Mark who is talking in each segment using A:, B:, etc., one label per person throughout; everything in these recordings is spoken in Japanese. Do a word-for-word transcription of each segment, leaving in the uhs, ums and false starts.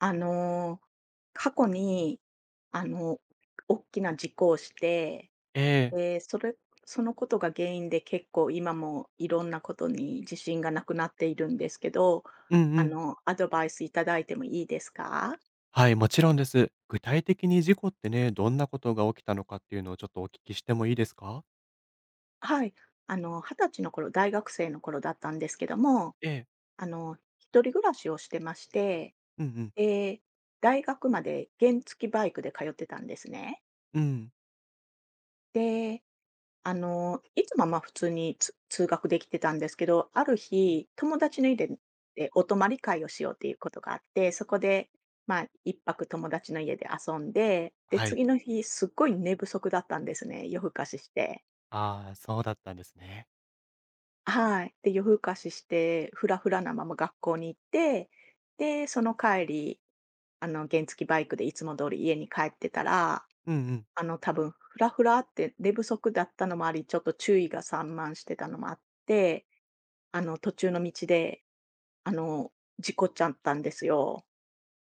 A: あの、過去に、あの、大きな事故をして、
B: ええ。
A: で、それそのことが原因で結構今もいろんなことに自信がなくなっているんですけど、
B: うんう
A: あ
B: ん。
A: の、アドバイスいただいてもいいですか？
B: はい、もちろんです。具体的に事故ってね、どんなことが起きたのかっていうのをちょっとお聞きしてもいいですか？
A: はい。あの、はたちの頃、大学生の頃だったんですけども、
B: ええ。
A: あの、一人暮らしをしてまして、
B: うんうん。
A: で、大学まで原付バイクで通ってたんですね。
B: うん。
A: であの、いつもまあ普通につ通学できてたんですけど、ある日、友達の家ででお泊まり会をしようっていうことがあって、そこで、まあ、一泊友達の家で遊んで、で、
B: はい。
A: 次の日、すっごい寝不足だったんですね、夜更かしして。
B: ああ、そうだったんですね。
A: はい。で、夜更かしして、フラフラなまま学校に行って、で、その帰り、あの、原付バイクでいつも通り家に帰ってたら、
B: うんうん。
A: あの、多分フラフラって寝不足だったのもあり、ちょっと注意が散漫してたのもあって、あの、途中の道で、あの、事故っちゃったんですよ。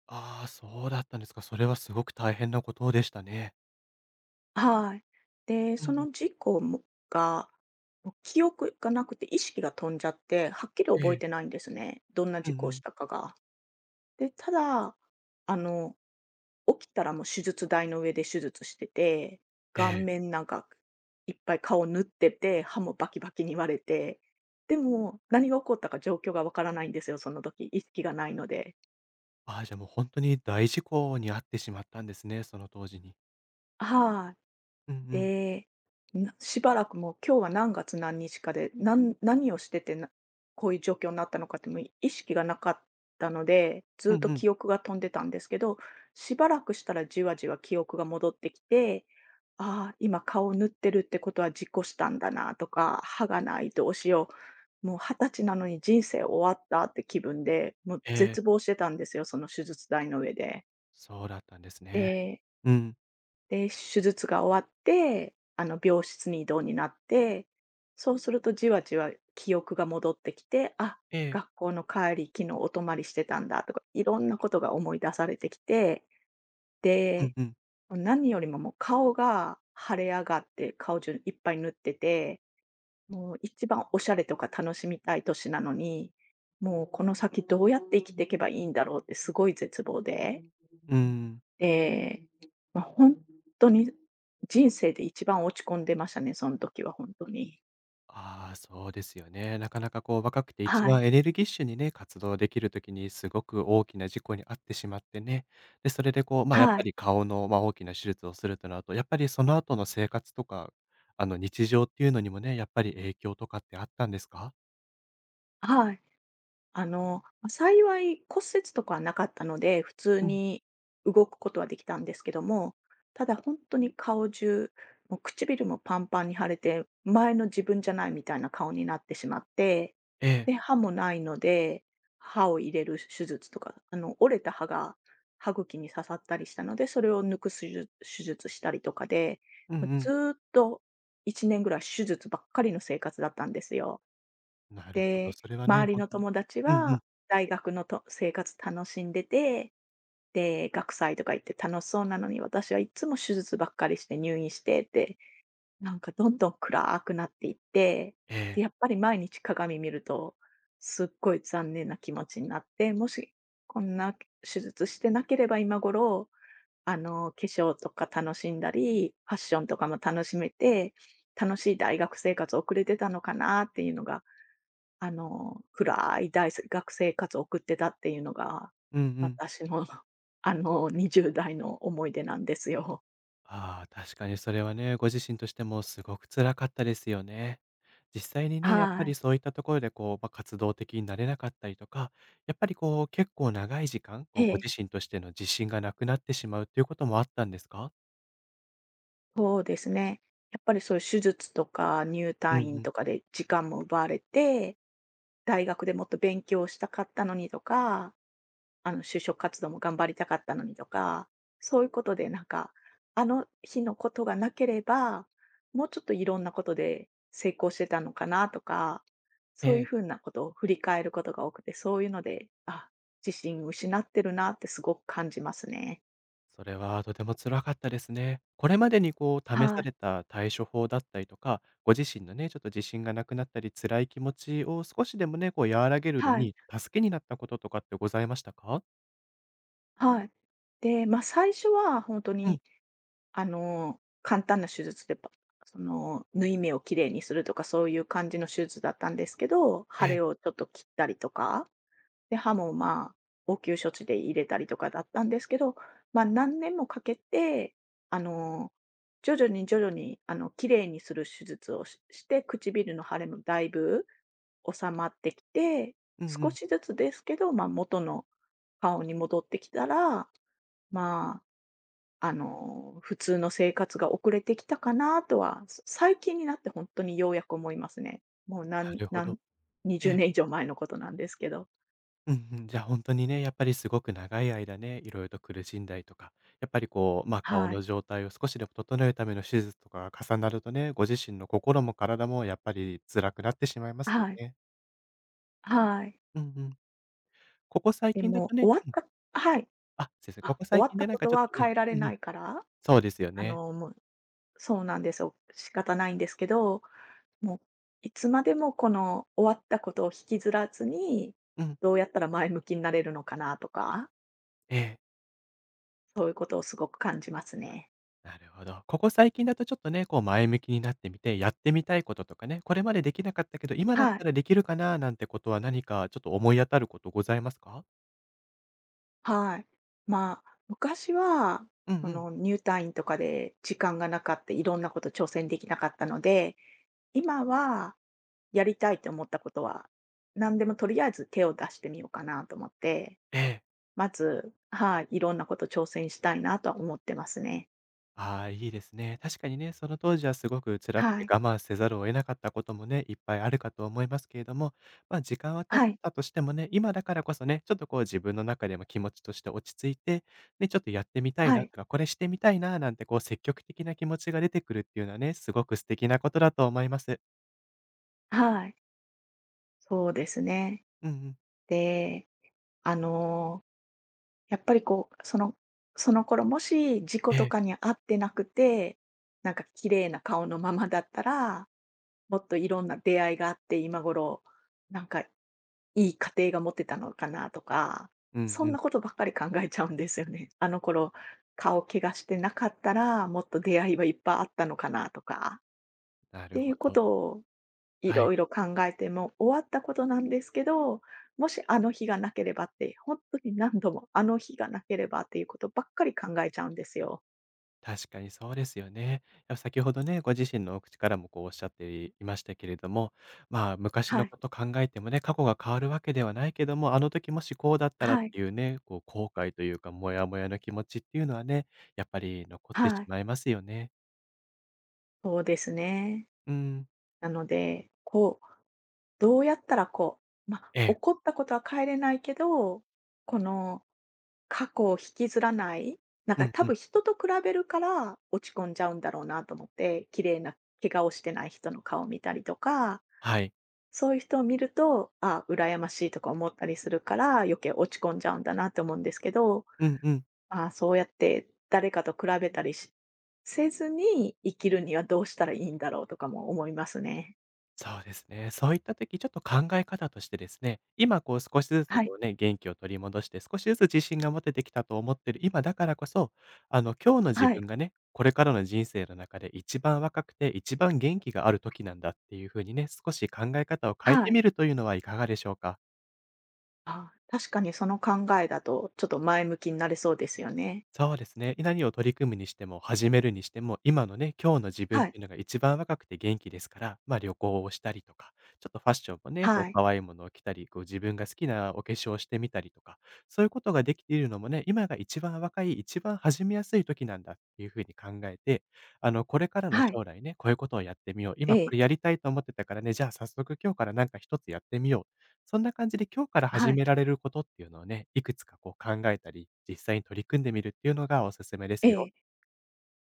B: ああ、そうだったんですか。それはすごく大変なことでしたね。
A: はい。で、
B: うん
A: そ
B: うん。
A: の事故もが、もう記憶がなくて意識が飛んじゃって、はっきり
B: え
A: 覚え
B: え。
A: てないんですね。どんな
B: うん
A: 事
B: う
A: 故をし
B: ん。
A: たかが。で、ただ、あの、起きたらもう手術台の上で手術してて、
B: え
A: 顔
B: え。
A: 面なんかいっぱい顔縫ってて、歯もバキバキに割れて、でも、何が起こったか状況がわからないんですよ、その時、意識がないので。
B: ああ、じゃあもう本当に大事故に遭ってしまったんですね、その当時に。
A: は
B: うんう
A: い。
B: ん。
A: で、なしばらくもう今日は何月何日かで、なん何をしてて、なこういう状況になったのかって、もう意識がなかったので、ず
B: う
A: っと
B: んうん。
A: 記憶が飛んでたんですけど、しばらくしたらじわじわ記憶が戻ってきて、ああ、今顔を塗ってるってことは事故したんだなとか、歯がないどうしよう、もうはたちなのに人生終わったって気分で、もう
B: ええ、
A: 絶望してたんですよ、その手術台の上で。
B: そうだったんですね。
A: で
B: うん。
A: で、手術が終わって、あの、病室に移動になって、そうするとじわじわ記憶が戻ってきて、あ、
B: ええ。
A: 学校の帰り、昨日お泊まりしてたんだとか、いろんなことが思い出されてきて、
B: うん
A: で、
B: うん。
A: 何よりももう顔が腫れ上がって、顔中いっぱい塗ってて、もう一番おしゃれとか楽しみたい年なのに、もうこの先どうやって生きていけばいいんだろうってすごい絶望で。
B: うん。
A: で、まあ、ほんに人生で一番落ち込んでましたね、その時は本当に。
B: ああ、そうですよね。なかなかこう若くて一
A: はい。
B: 番エネルギッシュにね、活動できる時にすごく大きな事故に遭ってしまってね。で、それでこう、ま、やっ
A: は
B: ぱ
A: い。
B: り顔の、まあ、大きな手術をするとなると、やっぱりその後の生活とか、あの、日常っていうのにもね、やっぱり影響とかってあったんですか？
A: はい。あの、ま、幸い骨折とかはなかったので、普通
B: うん。
A: に動くことはできたんですけども、ただ本当に顔中、もう唇もパンパンに腫れて、前の自分じゃないみたいな顔になってしまって、
B: ええ。
A: で、歯もないので、歯を入れる手術とか、あの、折れた歯が歯茎に刺さったりしたので、それを抜く手術手術したりとかで、
B: う
A: もう
B: んう
A: ず
B: ん。
A: ーっといちねんぐらい手術ばっかりの生活だったんですよ。
B: なるほど、
A: で、
B: それはね、
A: 周り
B: 本
A: の
B: 当に
A: 友達
B: うんうん。
A: は大学のと生活楽しんでて、で、学祭とか行って楽しそうなのに、私はいつも手術ばっかりして入院してて、なんかどんどん暗くなっていって、
B: え
A: で、
B: え。
A: やっぱり毎日鏡見ると、すっごい残念な気持ちになって、もしこんな手術してなければ今頃、あの、化粧とか楽しんだり、ファッションとかも楽しめて、楽しい大学生活を送れてたのかなっていうのがあの、暗い大学生活を送ってたっていうのが、
B: うんうん。
A: 私の、あの、にじゅう代の思い出なんですよ。
B: ああ、確かにそれはね、ご自身としてもすごく辛かったですよね。実際にね、やっぱ
A: は
B: り
A: い。
B: そういったところでこう、まあ、活動的になれなかったりとか、やっぱりこう、結構長い時間、
A: え
B: こう、ご
A: え、
B: 自身としての自信がなくなってしまうということもあったんですか？
A: そうですね。やっぱりそういう手術とか入
B: うん
A: 退
B: う
A: 院
B: ん。
A: とかで時間も奪われて、大学でもっと勉強したかったのにとかあの、就職活動も頑張りたかったのにとか、そういうことでなんか、あの日のことがなければ、もうちょっといろんなことで成功してたのかなとか、
B: え
A: そういう
B: え、
A: ふうなことを振り返ることが多くて、そういうので、あ、自信失ってるなってすごく感じますね。
B: それはとても辛かったですね。これまでにこう、試
A: は
B: さ
A: い。
B: れた対処法だったりとか、ご自身のね、ちょっと自信がなくなったり、辛い気持ちを少しでもね、こう和らげるの
A: はい。
B: に助けになったこととかってございましたか？
A: はい。で、ま、最初は本当
B: うん、
A: にあの、簡単な手術で、パその、縫い目をきれいにするとか、そういう感じの手術だったんですけど、
B: え
A: 腫
B: え、
A: れをちょっと切ったりとか、で、歯も、まあ、応急処置で入れたりとかだったんですけど、まあ、何年もかけて、あの、徐々に徐々に、あの、きれいにする手術をしして、唇の腫れもだいぶ収まってきて、
B: うんう
A: 少し
B: ん。
A: ずつですけど、まあ、元の顔に戻ってきたら、まああの、普通の生活が遅れてきたかなとは、そ最近になって本当にようやく思いますね。もうな
B: な
A: ん
B: るほ
A: な
B: ど。
A: ん
B: え
A: 20
B: え。
A: 年以上前のことなんですけど。
B: うんうん。じゃあ、本当にね、やっぱりすごく長い間ね、いろいろと苦しんだりとか、やっぱりこう、ま、あ顔
A: はい。
B: の状態を少しでも整えるための手術とかが重なるとね、ご自身の心も体もやっぱり辛くなってしまいますよ
A: はい。
B: ね。
A: はい。
B: うんうん。ここ最
A: で
B: 近だ
A: も
B: とね
A: 終わったはい。
B: あ、先生、こ
A: あ、
B: こ
A: 終
B: 最
A: わっ
B: 近
A: た
B: でなん
A: こ
B: か
A: と
B: ちょっ
A: は
B: とうん、
A: 変えられ
B: うんう
A: な
B: ん、
A: いから、
B: そうですよ
A: あ
B: ね。
A: の、もうそうなんですよ。仕方ないんですけど、もういつまでもこの終わったことを引きずらずに、
B: うん、
A: どうやったら前向きになれるのかなとか、
B: ええ、
A: そういうことをすごく感じますね。
B: なるほど。ここ最近だとちょっとね、こう前向きになってみて、やってみたいこととかね、これまでできなかったけど、今だっ
A: は
B: た
A: い。
B: らできるかななんてことは何かちょっと思い当たることございますか？
A: はい。まあ、昔は、
B: うん
A: そ
B: うん。
A: の、入退院とかで時間がなかった、いろんなこと挑戦できなかったので、今はやりたいと思ったことは、何でもとりあえず手を出してみようかなと思って、
B: ええ。
A: まず、はい、いろんなこと挑戦したいなとは思ってますね。
B: ああ、いいですね。確かにね、その当時はすごく辛く
A: は
B: て
A: い。
B: 我慢せざるを得なかったこともね、いっぱいあるかと思いますけれども、まあ、時間は経っ
A: はい。
B: たとしてもね、今だからこそね、ちょっとこう自分の中でも気持ちとして落ち着いて、ね、ちょっとやってみたい
A: は
B: なと
A: い。
B: か、これしてみたいななんてこう積極的な気持ちが出てくるっていうのはね、すごく素敵なことだと思います。
A: はい。そうですね。
B: うんうん。
A: で、あのやっぱりこう、そのその頃もし事故
B: え
A: と
B: え。
A: かに遭ってなくて、なんか綺麗な顔のままだったら、もっといろんな出会いがあって、今頃なんかいい家庭が持てたのかなとか、
B: うん
A: そ
B: う
A: ん
B: ん。
A: なことばっかり考えちゃうんですよね。あの頃、顔怪我してなかったら、もっと出会いはいっぱいあったのかなとか。
B: なる
A: てい
B: ほ
A: うこ
B: ど。
A: とをい
B: は
A: ろ
B: い。
A: いろ考えて、も終わったことなんですけど、もしあの日がなければって、本当に何度もあの日がなければっていうことばっかり考えちゃうんですよ。
B: 確かにそうですよね。やっぱ先ほどね、ご自身のお口からもこうおっしゃっていましたけれども、まあ、昔
A: は
B: の
A: い。
B: こと考えてもね、過去が変わるわけではないけども、あの時もしこうだったらっ
A: はい。
B: ていうね、こう後悔というか、モヤモヤの気持ちっていうのはね、やっぱり残ってし
A: はい。
B: まいますよね。
A: そうですね。
B: うん。
A: なので、こう、どうやったらこう、ま、あ
B: ええ。
A: 怒ったことは変えれないけど、この過去を引きずらない、なん
B: う
A: か
B: ん
A: 多
B: うん。
A: 分人と比べるから落ち込んじゃうんだろうなと思って、綺麗な怪我をしてない人の顔を見たりとか
B: はい。
A: そういう人を見ると、あ、羨ましいとか思ったりするから、余計落ち込んじゃうんだなって思うんですけど、
B: うんうん。
A: あそうやって誰かと比べたりしせずに生きるにはどうしたらいいんだろうとかも思いますね。
B: そうですね。そういった時、ちょっと考え方としてですね、今こう少しずつ
A: はい、
B: こうね、元気を取り戻して、少しずつ自信が持ててきたと思ってる今だからこそ、あの、今日の自
A: はい、
B: 分がね、これからの人生の中で一番若くて一番元気がある時なんだっていう風にね、少し考え方を変え
A: は
B: て
A: い。
B: みるというのはいかがでしょうか？
A: あ確かにその考えだと、ちょっと前向きになれそうですよね。
B: そうですね。何を取り組むにしても、始めるにしても、今のね、今日の自分
A: は
B: っ
A: い、
B: ていうのが一番若くて元気ですから、まあ、旅行をしたりとか、ちょっとファッションもね、こう
A: はい、
B: 可愛いものを着たり、こう自分が好きなお化粧をしてみたりとか、そういうことができているのもね、今が一番若い、一番始めやすい時なんだっていうふうに考えて、あの、これからの
A: はい、
B: 将来ね、こういうことをやってみよう。
A: え
B: 今こ
A: え、
B: れやりたいと思ってたからね、じゃあ早速今日からなんか一つやってみようそんな感じで今日から
A: は
B: 始
A: い、
B: められることっていうのをね、いくつかこう考えたり、実際に取り組んでみるっていうのがおすすめで
A: え
B: すよ。
A: え、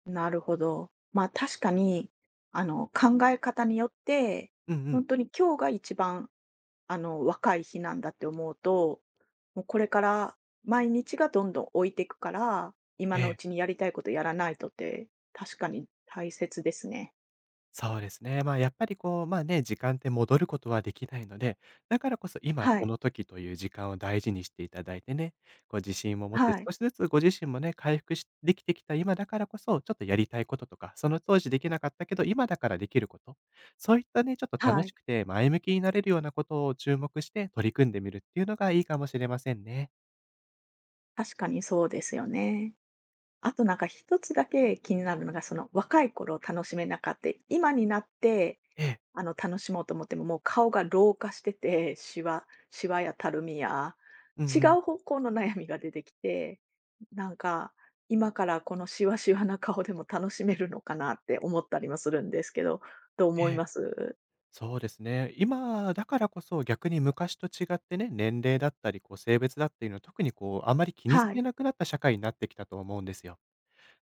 A: なるほど。まあ確かに、あの、考え方によって、
B: うんう
A: 本
B: ん。
A: 当に今日が一番あの、若い日なんだって思うと、もうこれから毎日がどんどん置いていくから、今
B: え
A: のう
B: え。
A: ちにやりたいことやらないとって、確かに大切ですね。
B: そうですね。まあ、やっぱりこう、まあね、時間って戻ることはできないので、だからこそ今
A: は
B: こ
A: い、
B: の時という時間を大事にしていただいてね、こう自信を持って
A: はい、
B: 少しずつご自身もね、回復しできてきた今だからこそ、ちょっとやりたいこととか、その当時できなかったけど、今だからできること、そういったね、ちょっと楽
A: は
B: し
A: い。
B: くて前向きになれるようなことを注目して取り組んでみるっていうのがいいかもしれませんね。
A: 確かにそうですよね。あとなんか一つだけ気になるのが、その若い頃を楽しめなかった今になって
B: ええ。
A: あの、楽しもうと思っても、もう顔が老化してて、シワシワやたるみや、
B: うん
A: 違
B: うん。
A: う方向の悩みが出てきて、なんか、今からこのシワシワな顔でも楽しめるのかなって思ったりもするんですけど、どう
B: え
A: 思い
B: え。
A: ます
B: そうですね。今だからこそ逆に昔と違ってね、年齢だったり、こう性別だっていうのは特にこう、あまり気にさ
A: は
B: れ
A: い、
B: なくなった社会になってきたと思うんですよ。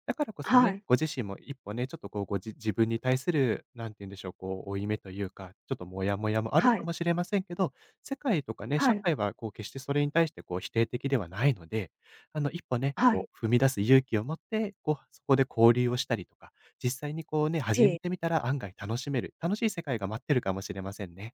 B: だからこそ
A: は
B: ね、
A: い、
B: ご自身も一歩ね、ちょっとこう、ごじ自分に対する、なんて言うんでしょう、こう、負い目というか、ちょっとモヤモヤもある
A: は
B: か
A: い、
B: もしれませんけど、世界とかね、
A: は
B: 社
A: い、
B: 会はこう、決してそれに対してこう、否定的ではないので、あの、一歩ね、
A: はい。
B: こう、踏み出す勇気を持って、こう、そこで交流をしたりとか、実際にこうね、始
A: え
B: めて
A: え。
B: みたら案外楽しめる、楽しい世界が待ってるかもしれませんね。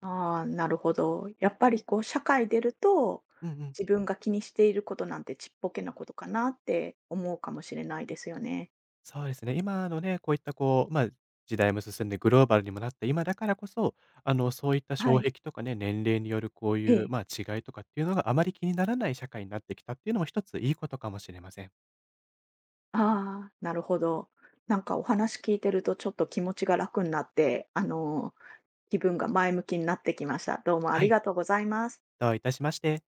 A: ああ、なるほど。やっぱりこう、社会出ると、
B: うんうん。
A: 自分が気にしていることなんてちっぽけなことかなって思うかもしれないですよね。
B: そうですね。今のね、こういったこう、まあ、時代も進んでグローバルにもなった今だからこそ、あの、そういった
A: は
B: 障
A: い。
B: 壁とかね、年齢によるこう
A: え
B: いう、ま
A: え。
B: あ、違いとかっていうのがあまり気にならない社会になってきたっていうのも一ついいことかもしれません。
A: ああ、なるほど。なんかお話聞いてるとちょっと気持ちが楽になって、あの、気分が前向きになってきました。どうもあ
B: は
A: り
B: い。
A: がとうございます。
B: どういたしまして。